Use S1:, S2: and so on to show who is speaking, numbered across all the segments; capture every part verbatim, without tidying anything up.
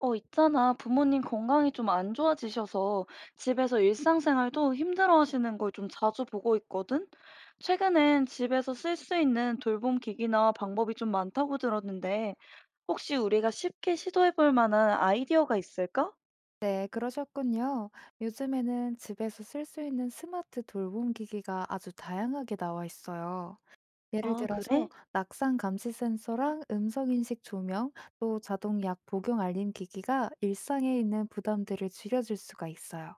S1: 어, 있잖아. 부모님 건강이 좀 안 좋아지셔서 집에서 일상생활도 힘들어 하시는 걸 좀 자주 보고 있거든? 최근엔 집에서 쓸 수 있는 돌봄 기기나 방법이 좀 많다고 들었는데, 혹시 우리가 쉽게 시도해 볼 만한 아이디어가 있을까?
S2: 네, 그러셨군요. 요즘에는 집에서 쓸 수 있는 스마트 돌봄 기기가 아주 다양하게 나와 있어요. 예를
S1: 아,
S2: 들어서
S1: 그래?
S2: 낙상 감지 센서랑 음성 인식 조명, 또 자동 약 복용 알림 기기가 일상에 있는 부담들을 줄여줄 수가 있어요.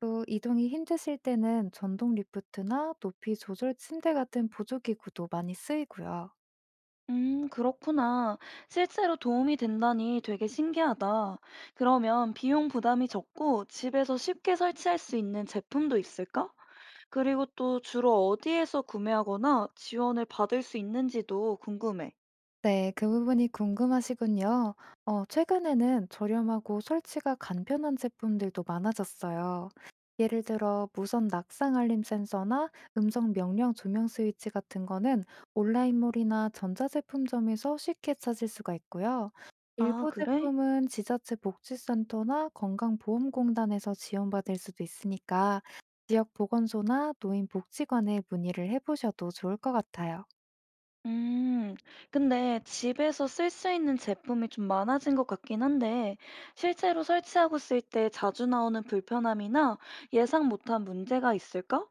S2: 또 이동이 힘드실 때는 전동 리프트나 높이 조절 침대 같은 보조 기구도 많이 쓰이고요.
S1: 음, 그렇구나. 실제로 도움이 된다니 되게 신기하다. 그러면 비용 부담이 적고 집에서 쉽게 설치할 수 있는 제품도 있을까? 그리고 또 주로 어디에서 구매하거나 지원을 받을 수 있는지도 궁금해.
S2: 네, 그 부분이 궁금하시군요. 어, 최근에는 저렴하고 설치가 간편한 제품들도 많아졌어요. 예를 들어, 무선 낙상 알림 센서나 음성 명령 조명 스위치 같은 거는 온라인몰이나 전자제품점에서 쉽게 찾을 수가 있고요.
S1: 아,
S2: 일부
S1: 그래?
S2: 제품은 지자체 복지센터나 건강보험공단에서 지원받을 수도 있으니까 지역 보건소나 노인복지관에 문의를 해보셔도 좋을 것 같아요.
S1: 음, 근데 집에서 쓸 수 있는 제품이 좀 많아진 것 같긴 한데, 실제로 설치하고 쓸 때 자주 나오는 불편함이나 예상 못한 문제가 있을까?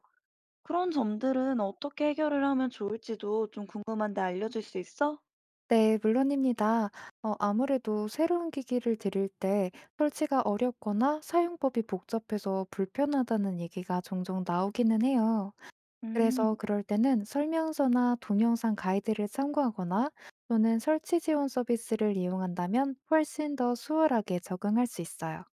S1: 그런 점들은 어떻게 해결을 하면 좋을지도 좀 궁금한데 알려줄 수 있어?
S2: 네, 물론입니다. 어, 아무래도 새로운 기기를 들일 때 설치가 어렵거나 사용법이 복잡해서 불편하다는 얘기가 종종 나오기는 해요. 그래서
S1: 음.
S2: 그럴 때는 설명서나 동영상 가이드를 참고하거나 또는 설치 지원 서비스를 이용한다면 훨씬 더 수월하게 적응할 수 있어요.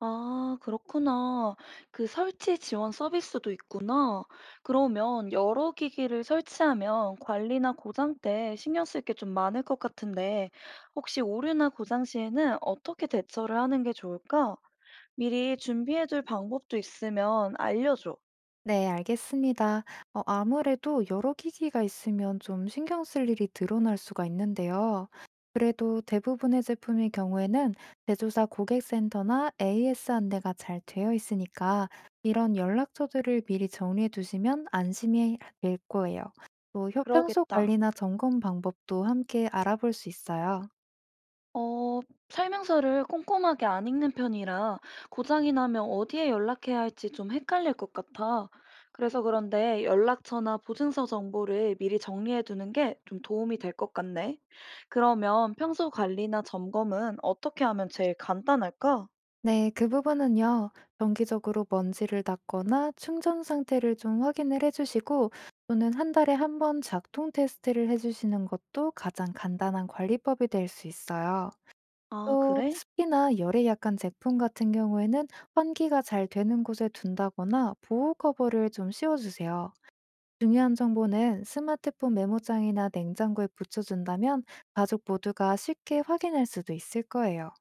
S1: 아, 그렇구나. 그 설치 지원 서비스도 있구나. 그러면 여러 기기를 설치하면 관리나 고장 때 신경 쓸 게 좀 많을 것 같은데, 혹시 오류나 고장 시에는 어떻게 대처를 하는 게 좋을까? 미리 준비해둘 방법도 있으면 알려줘.
S2: 네, 알겠습니다. 어, 아무래도 여러 기기가 있으면 좀 신경 쓸 일이 드러날 수가 있는데요. 그래도 대부분의 제품의 경우에는 제조사 고객센터나 에이에스 안내가 잘 되어 있으니까 이런 연락처들을 미리 정리해 두시면 안심이 될 거예요. 또 평소
S1: 그러겠다.
S2: 관리나 점검 방법도 함께 알아볼 수 있어요.
S1: 어, 설명서를 꼼꼼하게 안 읽는 편이라 고장이 나면 어디에 연락해야 할지 좀 헷갈릴 것 같아. 그래서 그런데 연락처나 보증서 정보를 미리 정리해 두는 게 좀 도움이 될 것 같네. 그러면 평소 관리나 점검은 어떻게 하면 제일 간단할까?
S2: 네, 그 부분은요, 정기적으로 먼지를 닦거나 충전 상태를 좀 확인을 해주시고, 또는 한 달에 한 번 작동 테스트를 해주시는 것도 가장 간단한 관리법이 될 수 있어요.
S1: 아,
S2: 또
S1: 그래?
S2: 습기나 열에 약한 제품 같은 경우에는 환기가 잘 되는 곳에 둔다거나 보호 커버를 좀 씌워주세요. 중요한 정보는 스마트폰 메모장이나 냉장고에 붙여준다면 가족 모두가 쉽게 확인할 수도 있을 거예요.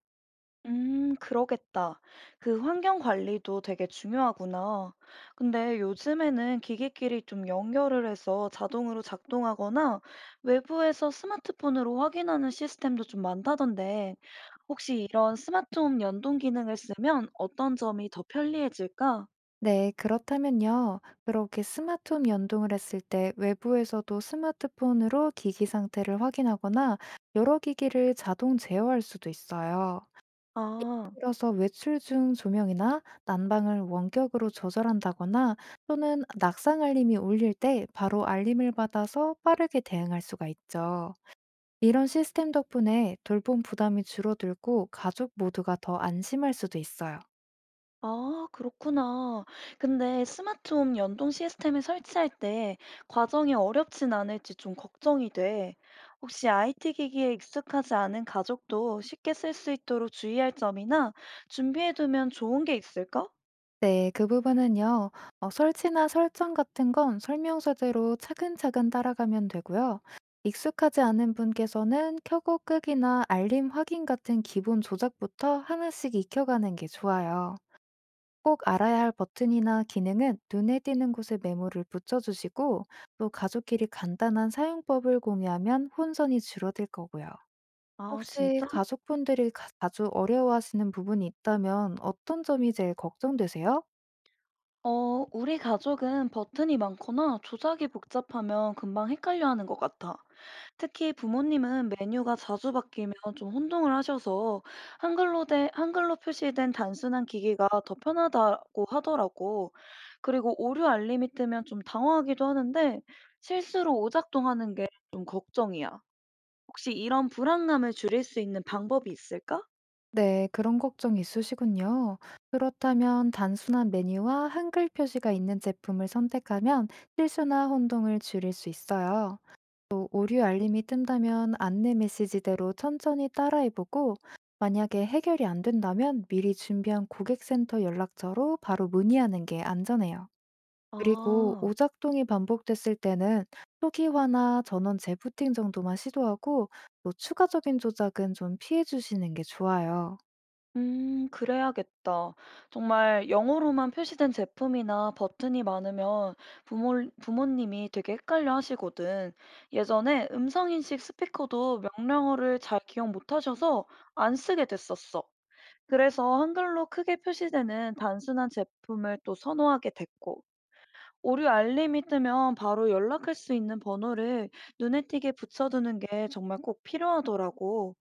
S1: 음, 그러겠다. 그 환경 관리도 되게 중요하구나. 근데 요즘에는 기기끼리 좀 연결을 해서 자동으로 작동하거나 외부에서 스마트폰으로 확인하는 시스템도 좀 많다던데, 혹시 이런 스마트홈 연동 기능을 쓰면 어떤 점이 더 편리해질까?
S2: 네, 그렇다면요. 그렇게 스마트홈 연동을 했을 때 외부에서도 스마트폰으로 기기 상태를 확인하거나 여러 기기를 자동 제어할 수도 있어요.
S1: 아.
S2: 그래서 외출 중 조명이나 난방을 원격으로 조절한다거나 또는 낙상 알림이 울릴 때 바로 알림을 받아서 빠르게 대응할 수가 있죠. 이런 시스템 덕분에 돌봄 부담이 줄어들고 가족 모두가 더 안심할 수도 있어요.
S1: 아, 그렇구나. 근데 스마트홈 연동 시스템을 설치할 때 과정이 어렵진 않을지 좀 걱정이 돼. 혹시 아이티 기기에 익숙하지 않은 가족도 쉽게 쓸 수 있도록 주의할 점이나 준비해두면 좋은 게 있을까?
S2: 네, 그 부분은요, 어, 설치나 설정 같은 건 설명서대로 차근차근 따라가면 되고요. 익숙하지 않은 분께서는 켜고 끄기나 알림 확인 같은 기본 조작부터 하나씩 익혀가는 게 좋아요. 꼭 알아야 할 버튼이나 기능은 눈에 띄는 곳에 메모를 붙여주시고, 또 가족끼리 간단한 사용법을 공유하면 혼선이 줄어들 거고요.
S1: 아,
S2: 혹시
S1: 진짜?
S2: 가족분들이 가- 자주 어려워하시는 부분이 있다면 어떤 점이 제일 걱정되세요?
S1: 어, 우리 가족은 버튼이 많거나 조작이 복잡하면 금방 헷갈려 하는 것 같아. 특히 부모님은 메뉴가 자주 바뀌면 좀 혼동을 하셔서 한글로 된, 한글로 표시된 단순한 기기가 더 편하다고 하더라고. 그리고 오류 알림이 뜨면 좀 당황하기도 하는데 실수로 오작동하는 게 좀 걱정이야. 혹시 이런 불안감을 줄일 수 있는 방법이 있을까?
S2: 네, 그런 걱정 있으시군요. 그렇다면 단순한 메뉴와 한글 표시가 있는 제품을 선택하면 실수나 혼동을 줄일 수 있어요. 또 오류 알림이 뜬다면 안내 메시지대로 천천히 따라해보고 만약에 해결이 안 된다면 미리 준비한 고객센터 연락처로 바로 문의하는 게 안전해요. 그리고
S1: 아.
S2: 오작동이 반복됐을 때는 초기화나 전원 재부팅 정도만 시도하고 또 추가적인 조작은 좀 피해 주시는 게 좋아요.
S1: 음, 그래야겠다. 정말 영어로만 표시된 제품이나 버튼이 많으면 부모, 부모님이 되게 헷갈려 하시거든. 예전에 음성인식 스피커도 명령어를 잘 기억 못 하셔서 안 쓰게 됐었어. 그래서 한글로 크게 표시되는 단순한 제품을 또 선호하게 됐고, 오류 알림이 뜨면 바로 연락할 수 있는 번호를 눈에 띄게 붙여두는 게 정말 꼭 필요하더라고.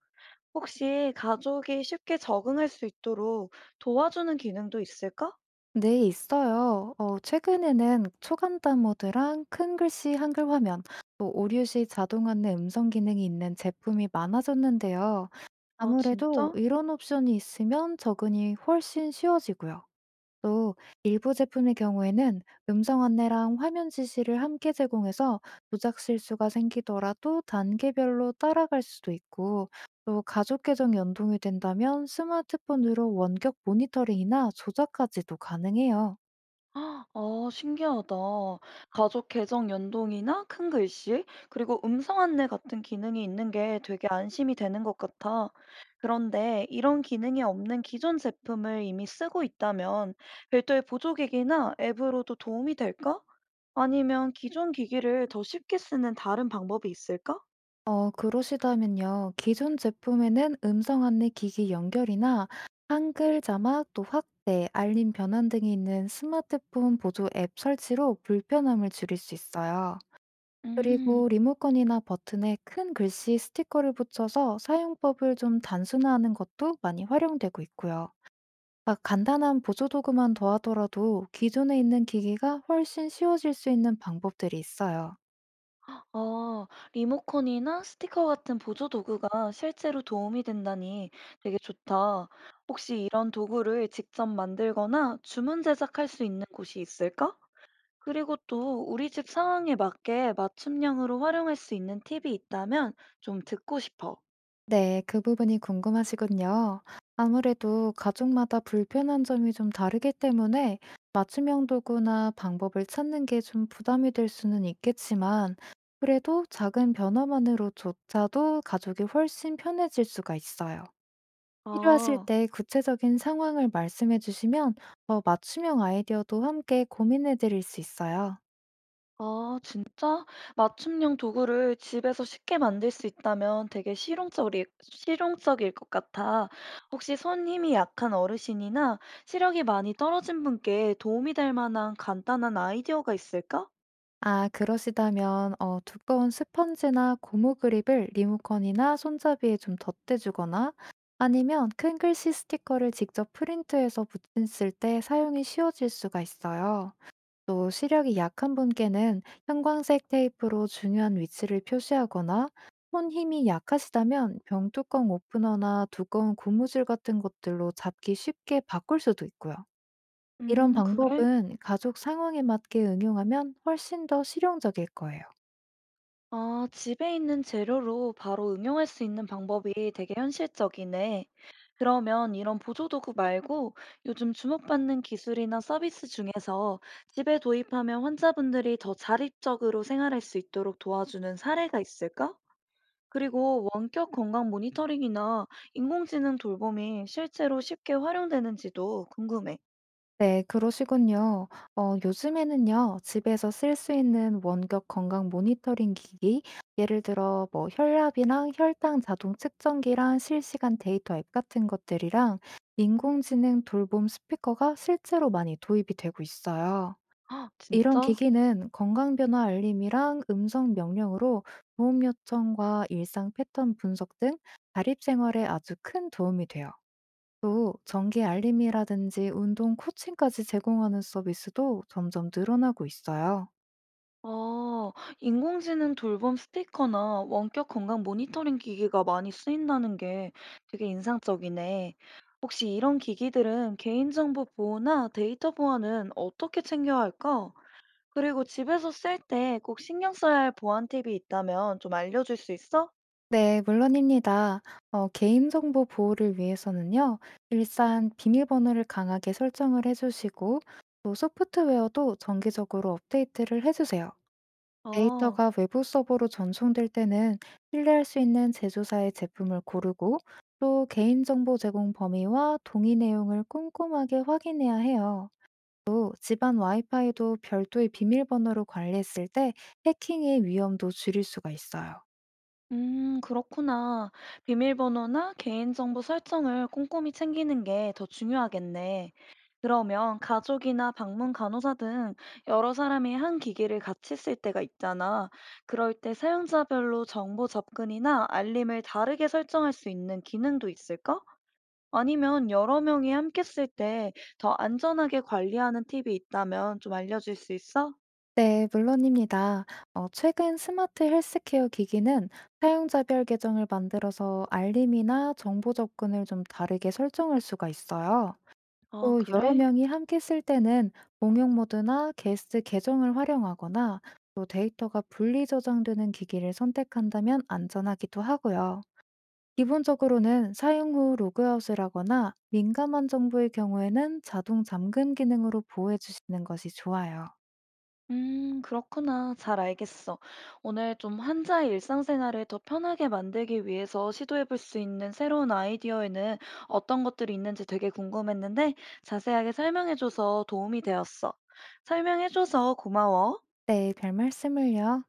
S1: 혹시 가족이 쉽게 적응할 수 있도록 도와주는 기능도 있을까?
S2: 네, 있어요. 어, 최근에는 초간 단어들랑 큰 글씨 한글 화면, 또 오류 시 자동 안내 음성 기능이 있는 제품이 많아졌는데요.
S1: 아,
S2: 아무래도
S1: 진짜?
S2: 이런 옵션이 있으면 적응이 훨씬 쉬워지고요. 또 일부 제품의 경우에는 음성 안내랑 화면 지시를 함께 제공해서 조작 실수가 생기더라도 단계별로 따라갈 수도 있고, 또 가족 계정 연동이 된다면 스마트폰으로 원격 모니터링이나 조작까지도 가능해요.
S1: 아, 신기하다. 가족 계정 연동이나 큰 글씨, 그리고 음성 안내 같은 기능이 있는 게 되게 안심이 되는 것 같아. 그런데 이런 기능이 없는 기존 제품을 이미 쓰고 있다면 별도의 보조기기나 앱으로도 도움이 될까? 아니면 기존 기기를 더 쉽게 쓰는 다른 방법이 있을까?
S2: 어 그러시다면요. 기존 제품에는 음성 안내 기기 연결이나 한글 자막 또 확대, 알림 변환 등이 있는 스마트폰 보조 앱 설치로 불편함을 줄일 수 있어요.
S1: 음.
S2: 그리고 리모컨이나 버튼에 큰 글씨 스티커를 붙여서 사용법을 좀 단순화하는 것도 많이 활용되고 있고요. 막 간단한 보조 도구만 더하더라도 기존에 있는 기기가 훨씬 쉬워질 수 있는 방법들이 있어요.
S1: 아, 리모컨이나 스티커 같은 보조 도구가 실제로 도움이 된다니 되게 좋다. 혹시 이런 도구를 직접 만들거나 주문 제작할 수 있는 곳이 있을까? 그리고 또 우리 집 상황에 맞게 맞춤형으로 활용할 수 있는 팁이 있다면 좀 듣고 싶어.
S2: 네, 그 부분이 궁금하시군요. 아무래도 가족마다 불편한 점이 좀 다르기 때문에 맞춤형 도구나 방법을 찾는 게 좀 부담이 될 수는 있겠지만, 그래도 작은 변화만으로조차도 가족이 훨씬 편해질 수가 있어요. 필요하실
S1: 아.
S2: 때 구체적인 상황을 말씀해 주시면 어, 맞춤형 아이디어도 함께 고민해 드릴 수 있어요.
S1: 아 진짜? 맞춤형 도구를 집에서 쉽게 만들 수 있다면 되게 실용적일 실용적일 것 같아. 혹시 손 힘이 약한 어르신이나 시력이 많이 떨어진 분께 도움이 될 만한 간단한 아이디어가 있을까?
S2: 아, 그러시다면 어, 두꺼운 스펀지나 고무 그립을 리모컨이나 손잡이에 좀 덧대주거나 아니면 큰 글씨 스티커를 직접 프린트해서 붙였을 때 사용이 쉬워질 수가 있어요. 또 시력이 약한 분께는 형광색 테이프로 중요한 위치를 표시하거나 손 힘이 약하시다면 병뚜껑 오프너나 두꺼운 고무줄 같은 것들로 잡기 쉽게 바꿀 수도 있고요. 이런
S1: 음, 그래.
S2: 방법은 가족 상황에 맞게 응용하면 훨씬 더 실용적일 거예요.
S1: 아, 집에 있는 재료로 바로 응용할 수 있는 방법이 되게 현실적이네. 그러면 이런 보조도구 말고 요즘 주목받는 기술이나 서비스 중에서 집에 도입하면 환자분들이 더 자립적으로 생활할 수 있도록 도와주는 사례가 있을까? 그리고 원격 건강 모니터링이나 인공지능 돌봄이 실제로 쉽게 활용되는지도 궁금해.
S2: 네, 그러시군요. 어, 요즘에는요, 집에서 쓸 수 있는 원격 건강 모니터링 기기, 예를 들어 뭐 혈압이랑 혈당 자동 측정기랑 실시간 데이터 앱 같은 것들이랑 인공지능 돌봄 스피커가 실제로 많이 도입이 되고 있어요.
S1: 아,
S2: 이런
S1: 진짜?
S2: 기기는 건강 변화 알림이랑 음성 명령으로 보험 요청과 일상 패턴 분석 등 자립 생활에 아주 큰 도움이 돼요. 또 정기 알림이라든지 운동 코칭까지 제공하는 서비스도 점점 늘어나고 있어요.
S1: 아, 인공지능 돌봄 스티커나 원격 건강 모니터링 기기가 많이 쓰인다는 게 되게 인상적이네. 혹시 이런 기기들은 개인정보 보호나 데이터 보안은 어떻게 챙겨야 할까? 그리고 집에서 쓸 때 꼭 신경 써야 할 보안 팁이 있다면 좀 알려줄 수 있어?
S2: 네, 물론입니다. 어, 개인정보 보호를 위해서는요, 일단 비밀번호를 강하게 설정을 해주시고, 또 소프트웨어도 정기적으로 업데이트를 해주세요.
S1: 아.
S2: 데이터가 외부 서버로 전송될 때는 신뢰할 수 있는 제조사의 제품을 고르고 또 개인정보 제공 범위와 동의 내용을 꼼꼼하게 확인해야 해요. 또 집안 와이파이도 별도의 비밀번호로 관리했을 때 해킹의 위험도 줄일 수가 있어요.
S1: 음, 그렇구나. 비밀번호나 개인정보 설정을 꼼꼼히 챙기는 게 더 중요하겠네. 그러면 가족이나 방문 간호사 등 여러 사람이 한 기기를 같이 쓸 때가 있잖아. 그럴 때 사용자별로 정보 접근이나 알림을 다르게 설정할 수 있는 기능도 있을까? 아니면 여러 명이 함께 쓸 때 더 안전하게 관리하는 팁이 있다면 좀 알려줄 수 있어?
S2: 네, 물론입니다. 어, 최근 스마트 헬스케어 기기는 사용자별 계정을 만들어서 알림이나 정보 접근을 좀 다르게 설정할 수가 있어요.
S1: 아,
S2: 또 여러
S1: 그래?
S2: 명이 함께 쓸 때는 공용 모드나 게스트 계정을 활용하거나 또 데이터가 분리 저장되는 기기를 선택한다면 안전하기도 하고요. 기본적으로는 사용 후 로그아웃을 하거나 민감한 정보의 경우에는 자동 잠금 기능으로 보호해 주시는 것이 좋아요.
S1: 음, 그렇구나. 잘 알겠어. 오늘 좀 환자의 일상생활을 더 편하게 만들기 위해서 시도해 볼 수 있는 새로운 아이디어에는 어떤 것들이 있는지 되게 궁금했는데 자세하게 설명해줘서 도움이 되었어. 설명해줘서 고마워.
S2: 네, 별 말씀을요.